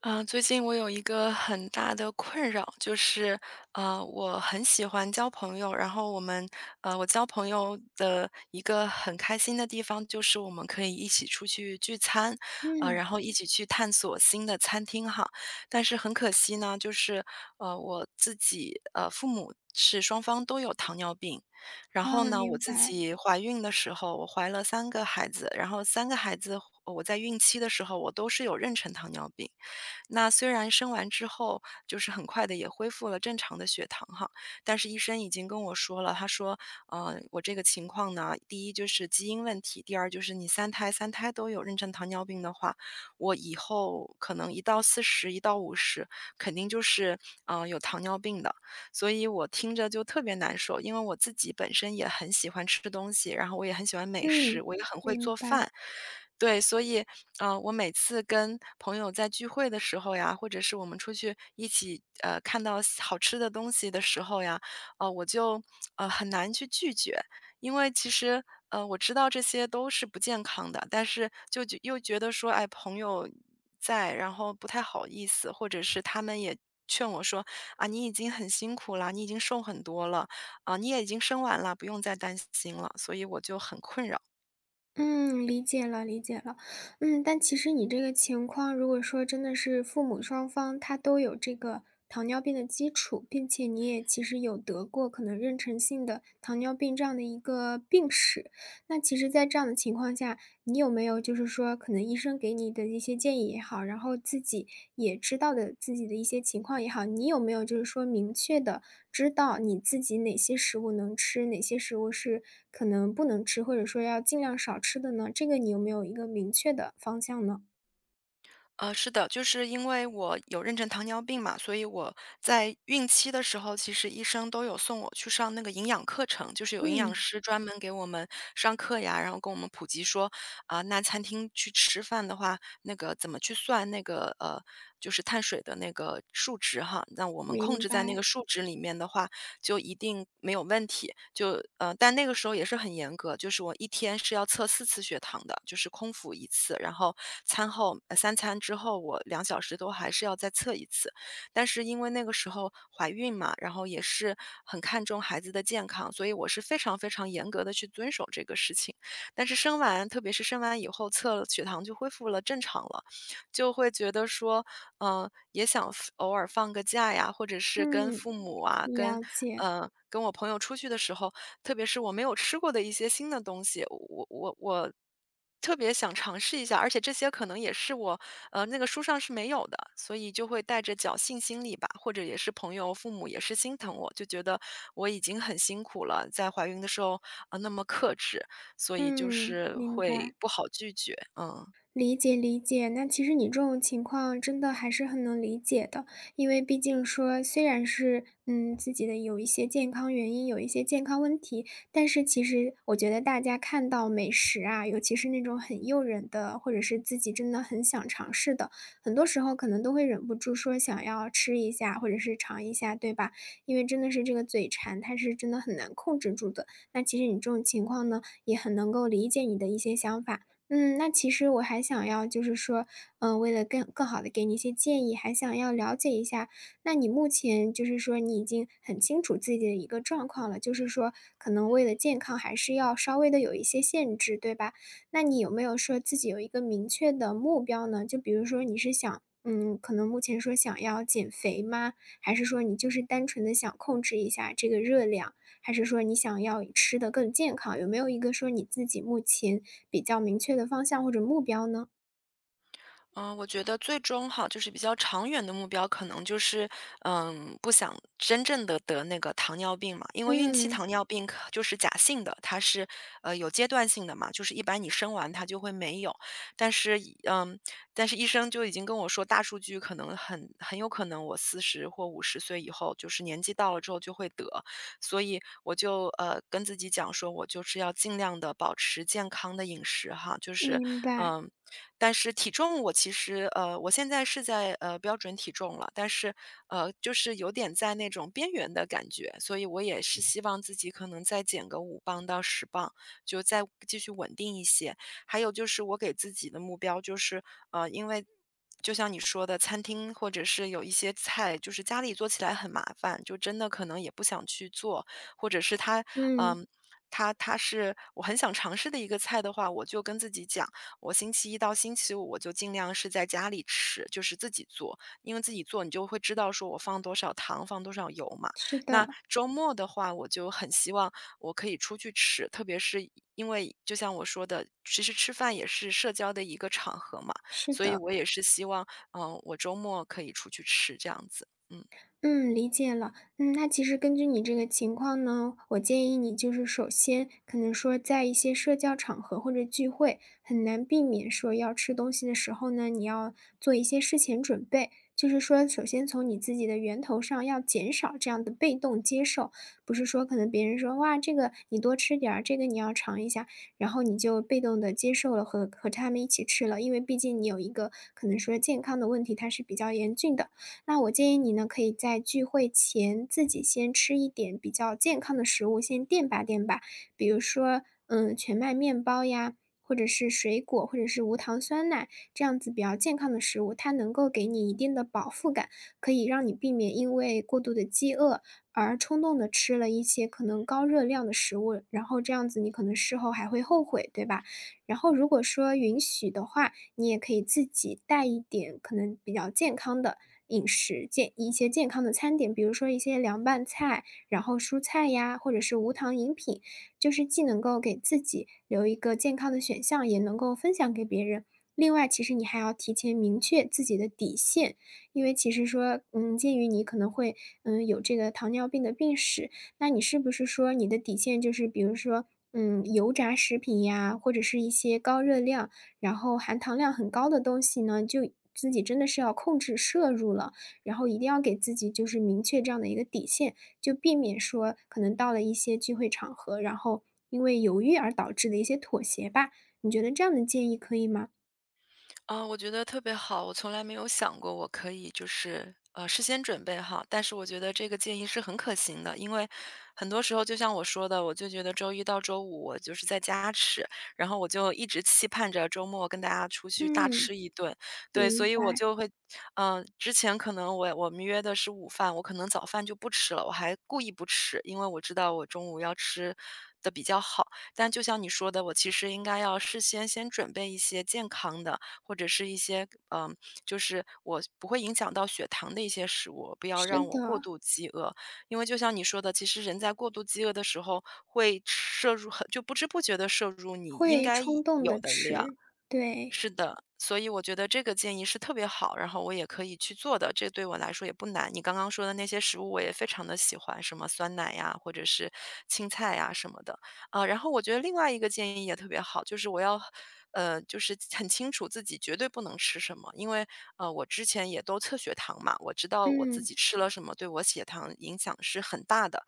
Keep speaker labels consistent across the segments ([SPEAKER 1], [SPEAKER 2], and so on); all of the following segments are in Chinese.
[SPEAKER 1] 啊，最近我有一个很大的困扰，就是，我很喜欢交朋友，然后我交朋友的一个很开心的地方就是我们可以一起出去聚餐，
[SPEAKER 2] 嗯，
[SPEAKER 1] 然后一起去探索新的餐厅哈。但是很可惜呢，就是，我自己，父母是双方都有糖尿病。然后
[SPEAKER 2] 啊，
[SPEAKER 1] 呢，我
[SPEAKER 2] 明
[SPEAKER 1] 自
[SPEAKER 2] 白，
[SPEAKER 1] 己怀孕的时候，我怀了三个孩子，我在孕期的时候，我都是有妊娠糖尿病。那虽然生完之后，就是很快的也恢复了正常的血糖哈，但是医生已经跟我说了，他说：我这个情况呢，第一就是基因问题，第二就是你三胎三胎都有妊娠糖尿病的话，我以后可能一到四十，一到五十，肯定就是有糖尿病的。所以我听着就特别难受。因为我自己本身也很喜欢吃东西，然后我也很喜欢美食，
[SPEAKER 2] 嗯，
[SPEAKER 1] 我也很会
[SPEAKER 2] 明
[SPEAKER 1] 做
[SPEAKER 2] 白，
[SPEAKER 1] 饭。对，所以，啊，我每次跟朋友在聚会的时候呀，或者是我们出去一起，看到好吃的东西的时候呀，我就，很难去拒绝。因为其实，我知道这些都是不健康的，但是又觉得说，哎，朋友在，然后不太好意思，或者是他们也劝我说，啊，你已经很辛苦了，你已经瘦很多了，啊，你也已经生完了，不用再担心了，所以我就很困扰。
[SPEAKER 2] 嗯，理解了，理解了，嗯，但其实你这个情况，如果说真的是父母双方他都有这个糖尿病的基础，并且你也其实有得过可能妊娠性的糖尿病这样的一个病史，那其实，在这样的情况下，你有没有就是说可能医生给你的一些建议也好，然后自己也知道的自己的一些情况也好，你有没有就是说明确的知道你自己哪些食物能吃，哪些食物是可能不能吃，或者说要尽量少吃的呢？这个你有没有一个明确的方向呢？
[SPEAKER 1] 是的，就是因为我有妊娠糖尿病嘛，所以我在孕期的时候，其实医生都有送我去上那个营养课程，就是有营养
[SPEAKER 2] 嗯，
[SPEAKER 1] 师专门给我们上课呀，然后跟我们普及说，啊、那餐厅去吃饭的话，那个怎么去算那个就是碳水的那个数值哈，那我们控
[SPEAKER 2] 明
[SPEAKER 1] 制在那
[SPEAKER 2] 白，
[SPEAKER 1] 个数值里面的话，就一定没有问题。但那个时候也是很严格，就是我一天是要测4次血糖的，就是空腹一次，然后餐后三餐之后我2小时都还是要再测一次。但是因为那个时候怀孕嘛，然后也是很看重孩子的健康，所以我是非常非常严格的去遵守这个事情。但是生完，特别是生完以后测了血糖就恢复了正常了，就会觉得说，也想偶尔放个假呀，或者是跟
[SPEAKER 2] 嗯，
[SPEAKER 1] 父母啊，跟
[SPEAKER 2] 了解，
[SPEAKER 1] 呃，跟我朋友出去的时候，特别是我没有吃过的一些新的东西，我特别想尝试一下。而且这些可能也是我那个书上是没有的，所以就会带着侥幸心理吧，或者也是朋友、父母也是心疼我，就觉得我已经很辛苦了，在怀孕的时候啊、那么克制，所以就
[SPEAKER 2] 嗯，
[SPEAKER 1] 是
[SPEAKER 2] 明
[SPEAKER 1] 会
[SPEAKER 2] 白。
[SPEAKER 1] 不好拒绝，嗯。
[SPEAKER 2] 理解理解，那其实你这种情况真的还是很能理解的，因为毕竟说虽然是自己的有一些健康原因，有一些健康问题，但是其实我觉得大家看到美食啊，尤其是那种很诱人的，或者是自己真的很想尝试的，很多时候可能都会忍不住说想要吃一下，或者是尝一下，对吧？因为真的是这个嘴馋，它是真的很难控制住的。那其实你这种情况呢，也很能够理解你的一些想法。嗯，那其实我还想要就是说，嗯，为了更好的给你一些建议，还想要了解一下，那你目前就是说你已经很清楚自己的一个状况了，就是说可能为了健康还是要稍微的有一些限制，对吧？那你有没有说自己有一个明确的目标呢？就比如说你是想嗯，可能目前说想要减肥吗？还是说你就是单纯的想控制一下这个热量？还是说你想要吃的更健康？有没有一个说你自己目前比较明确的方向或者目标呢？
[SPEAKER 1] 嗯，我觉得最终哈，就是比较长远的目标，可能就是，不想真正的得那个糖尿病嘛。因为孕期
[SPEAKER 2] 嗯，
[SPEAKER 1] 糖尿病可就是假性的，它是，有阶段性的嘛，就是一般你生完它就会没有。但是一嗯，但是医生就已经跟我说，大数据可能很有可能我40或50岁以后，就是年纪到了之后就会得。所以我就跟自己讲说，我就是要尽量的保持健康的饮食哈，
[SPEAKER 2] 明白，
[SPEAKER 1] 嗯，但是体重我其实现在是在标准体重了，但是就是有点在那种边缘的感觉，所以我也是希望自己可能再减个5磅到10磅，就再继续稳定一些。还有就是我给自己的目标就是呃因为。就像你说的，餐厅或者是有一些菜，就是家里做起来很麻烦，就真的可能也不想去做，或者是他，
[SPEAKER 2] 嗯，
[SPEAKER 1] 嗯，他他是我很想尝试的一个菜的话，我就跟自己讲，我星期一到星期五我就尽量是在家里吃，就是自己做，因为自己做你就会知道说我放多少糖，放多少油嘛。
[SPEAKER 2] 是
[SPEAKER 1] 那
[SPEAKER 2] 的，
[SPEAKER 1] 周末的话，我就很希望我可以出去吃，特别是因为就像我说的，其实吃饭也是社交的一个场合嘛。
[SPEAKER 2] 是
[SPEAKER 1] 所以
[SPEAKER 2] 的。
[SPEAKER 1] 我也是希望，我周末可以出去吃这样子。嗯。
[SPEAKER 2] 嗯，理解了。嗯，那其实根据你这个情况呢，我建议你就是首先可能说在一些社交场合或者聚会，很难避免说要吃东西的时候呢，你要做一些事前准备。就是说，首先从你自己的源头上要减少这样的被动接受，不是说可能别人说哇这个你多吃点儿，这个你要尝一下，然后你就被动的接受了和他们一起吃了，因为毕竟你有一个可能说健康的问题，它是比较严峻的。那我建议你呢，可以在聚会前自己先吃一点比较健康的食物，先垫吧垫吧。比如说，嗯，全麦面包呀，或者是水果，或者是无糖酸奶，这样子比较健康的食物，它能够给你一定的饱腹感，可以让你避免因为过度的饥饿而冲动的吃了一些可能高热量的食物，然后这样子你可能事后还会后悔，对吧？然后如果说允许的话，你也可以自己带一点可能比较健康的，饮食健一些健康的餐点，比如说一些凉拌菜，然后蔬菜呀，或者是无糖饮品，就是既能够给自己留一个健康的选项，也能够分享给别人。另外，其实你还要提前明确自己的底线，因为其实说，嗯，鉴于你可能会，嗯，有这个糖尿病的病史，那你是不是说你的底线就是，比如说，嗯，油炸食品呀，或者是一些高热量。然后含糖量很高的东西呢，就自己真的是要控制摄入了，然后一定要给自己就是明确这样的一个底线，就避免说可能到了一些聚会场合，然后因为犹豫而导致的一些妥协吧。你觉得这样的建议可以吗？
[SPEAKER 1] 啊，我觉得特别好，我从来没有想过我可以就是事先准备好，但是我觉得这个建议是很可行的。因为很多时候就像我说的，我就觉得周一到周五我就是在家吃，然后我就一直期盼着周末跟大家出去大吃
[SPEAKER 2] 嗯，
[SPEAKER 1] 一顿。对，所
[SPEAKER 2] 明
[SPEAKER 1] 以我
[SPEAKER 2] 白，
[SPEAKER 1] 就会，之前可能我们约的是午饭，我可能早饭就不吃了，我还故意不吃，因为我知道我中午要吃的比较好，但就像你说的，我其实应该要事先先准备一些健康的。或者是一些就是我不会影响到血糖的一些食物，不要
[SPEAKER 2] 是
[SPEAKER 1] 让我过
[SPEAKER 2] 的，
[SPEAKER 1] 度饥饿。因为就像你说的，其实人在过度饥饿的时候，会摄入就不知不觉的摄入你应
[SPEAKER 2] 会
[SPEAKER 1] 该
[SPEAKER 2] 冲动
[SPEAKER 1] 有
[SPEAKER 2] 的
[SPEAKER 1] 的量。
[SPEAKER 2] 吃，对，
[SPEAKER 1] 所以我觉得这个建议是特别好，然后我也可以去做的，这对我来说也不难。你刚刚说的那些食物我也非常的喜欢，什么酸奶呀，或者是青菜呀什么的。啊，然后我觉得另外一个建议也特别好，就是我要就是很清楚自己绝对不能吃什么。因为，我之前也都测血糖嘛，我知道我自
[SPEAKER 2] 嗯，
[SPEAKER 1] 己吃了什么对我血糖影响是很大的。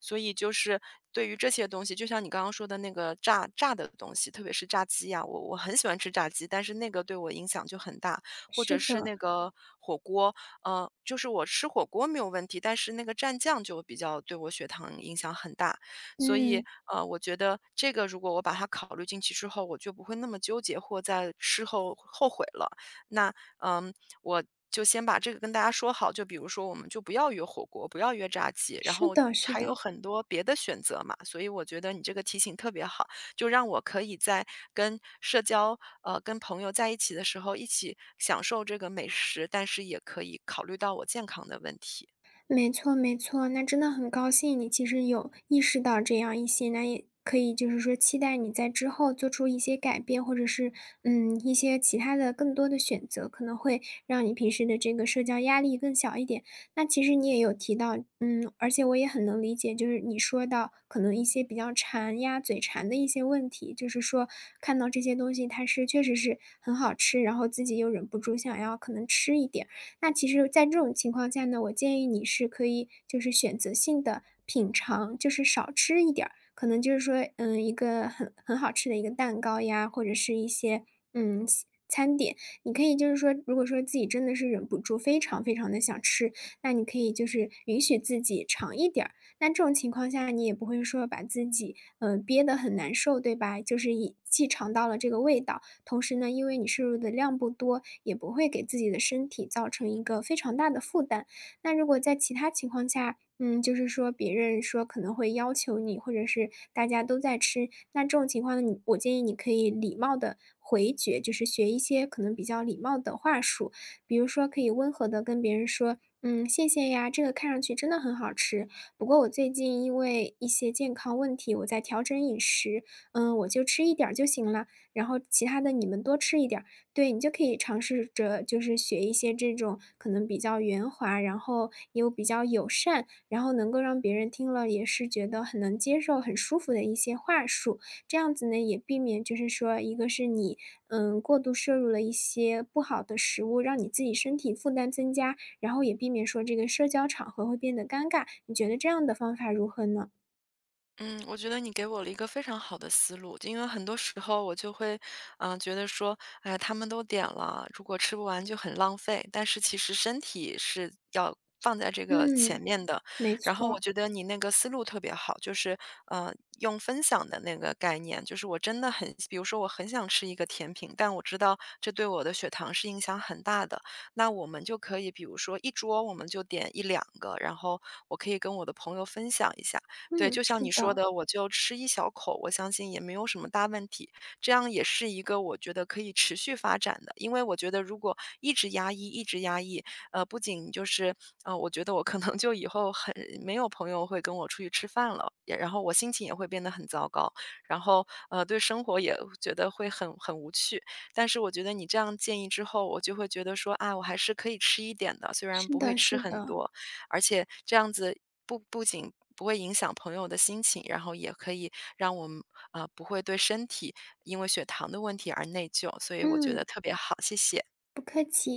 [SPEAKER 1] 所以就是对于这些东西，就像你刚刚说的那个炸的东西，特别是炸鸡呀，我很喜欢吃炸鸡，但是那个对我影响就很大。或者
[SPEAKER 2] 是
[SPEAKER 1] 是
[SPEAKER 2] 的，
[SPEAKER 1] 那个火锅，就是我吃火锅没有问题，但是那个蘸酱就比较对我血糖影响很大。所以
[SPEAKER 2] 嗯，
[SPEAKER 1] 我觉得这个如果我把它考虑进去之后，我就不会那么纠结或在事后后悔了。那嗯，我就先把这个跟大家说好，就比如说我们就不要约火锅，不要约炸鸡，然
[SPEAKER 2] 是
[SPEAKER 1] 后
[SPEAKER 2] 的是
[SPEAKER 1] 还有
[SPEAKER 2] 的。
[SPEAKER 1] 很多别的选择嘛。所以我觉得你这个提醒特别好，就让我可以在跟社交呃跟朋友在一起的时候，一起享受这个美食，但是也可以考虑到我健康的问题。
[SPEAKER 2] 没错没错，那真的很高兴你其实有意识到这样一些，那也可以就是说期待你在之后做出一些改变，或者是嗯一些其他的更多的选择，可能会让你平时的这个社交压力更小一点。那其实你也有提到，嗯，而且我也很能理解，就是你说到可能一些比较馋呀、嘴馋的一些问题，就是说看到这些东西它是确实是很好吃，然后自己又忍不住想要可能吃一点。那其实在这种情况下呢，我建议你是可以就是选择性的品尝，就是少吃一点儿，可能就是说，嗯，一个很好吃的一个蛋糕呀，或者是一些，嗯，餐点，你可以就是说，如果说自己真的是忍不住非常非常的想吃，那你可以就是允许自己尝一点儿。那这种情况下你也不会说把自己，憋得很难受，对吧？就是既尝到了这个味道，同时呢，因为你摄入的量不多，也不会给自己的身体造成一个非常大的负担。那如果在其他情况下，嗯，就是说别人说可能会要求你，或者是大家都在吃，那这种情况呢，我建议你可以礼貌的回绝，就是学一些可能比较礼貌的话术，比如说可以温和的跟别人说，嗯，谢谢呀，这个看上去真的很好吃，不过我最近因为一些健康问题，我在调整饮食，嗯，我就吃一点儿就行了。然后其他的你们多吃一点儿。对，你就可以尝试着就是学一些这种可能比较圆滑，然后又比较友善，然后能够让别人听了也是觉得很能接受、很舒服的一些话术。这样子呢，也避免就是说，一个是你，嗯，过度摄入了一些不好的食物，让你自己身体负担增加，然后也避免说这个社交场合会变得尴尬。你觉得这样的方法如何呢？
[SPEAKER 1] 嗯，我觉得你给我了一个非常好的思路。因为很多时候我就会，觉得说，哎呀，他们都点了，如果吃不完就很浪费。但是其实身体是要放在这个前
[SPEAKER 2] 嗯，
[SPEAKER 1] 面的。
[SPEAKER 2] 没
[SPEAKER 1] 然后
[SPEAKER 2] 错，
[SPEAKER 1] 我觉得你那个思路特别好，就是，呃，用分享的那个概念，就是我真的很，比如说我很想吃一个甜品，但我知道这对我的血糖是影响很大的，那我们就可以，比如说一桌我们就点一两个，然后我可以跟我的朋友分享一下。对，
[SPEAKER 2] 嗯，
[SPEAKER 1] 就像
[SPEAKER 2] 是
[SPEAKER 1] 你说
[SPEAKER 2] 的，
[SPEAKER 1] 的，我就吃一小口，我相信也没有什么大问题。这样也是一个我觉得可以持续发展的。因为我觉得如果一直压抑，一直压抑，不仅就是我觉得我可能就以后很没有朋友会跟我出去吃饭了，也然后我心情也会变得很糟糕，然后对生活也觉得会很无趣。但是我觉得你这样建议之后，我就会觉得说啊，我还是可以吃一点的，虽然
[SPEAKER 2] 是
[SPEAKER 1] 不会
[SPEAKER 2] 的
[SPEAKER 1] 吃
[SPEAKER 2] 是
[SPEAKER 1] 很
[SPEAKER 2] 的。
[SPEAKER 1] 多，而且这样子不仅不会影响朋友的心情，然后也可以让我们不会对身体因为血糖的问题而内疚，所以我觉得
[SPEAKER 2] 嗯，
[SPEAKER 1] 特别好，谢谢。
[SPEAKER 2] 不客气。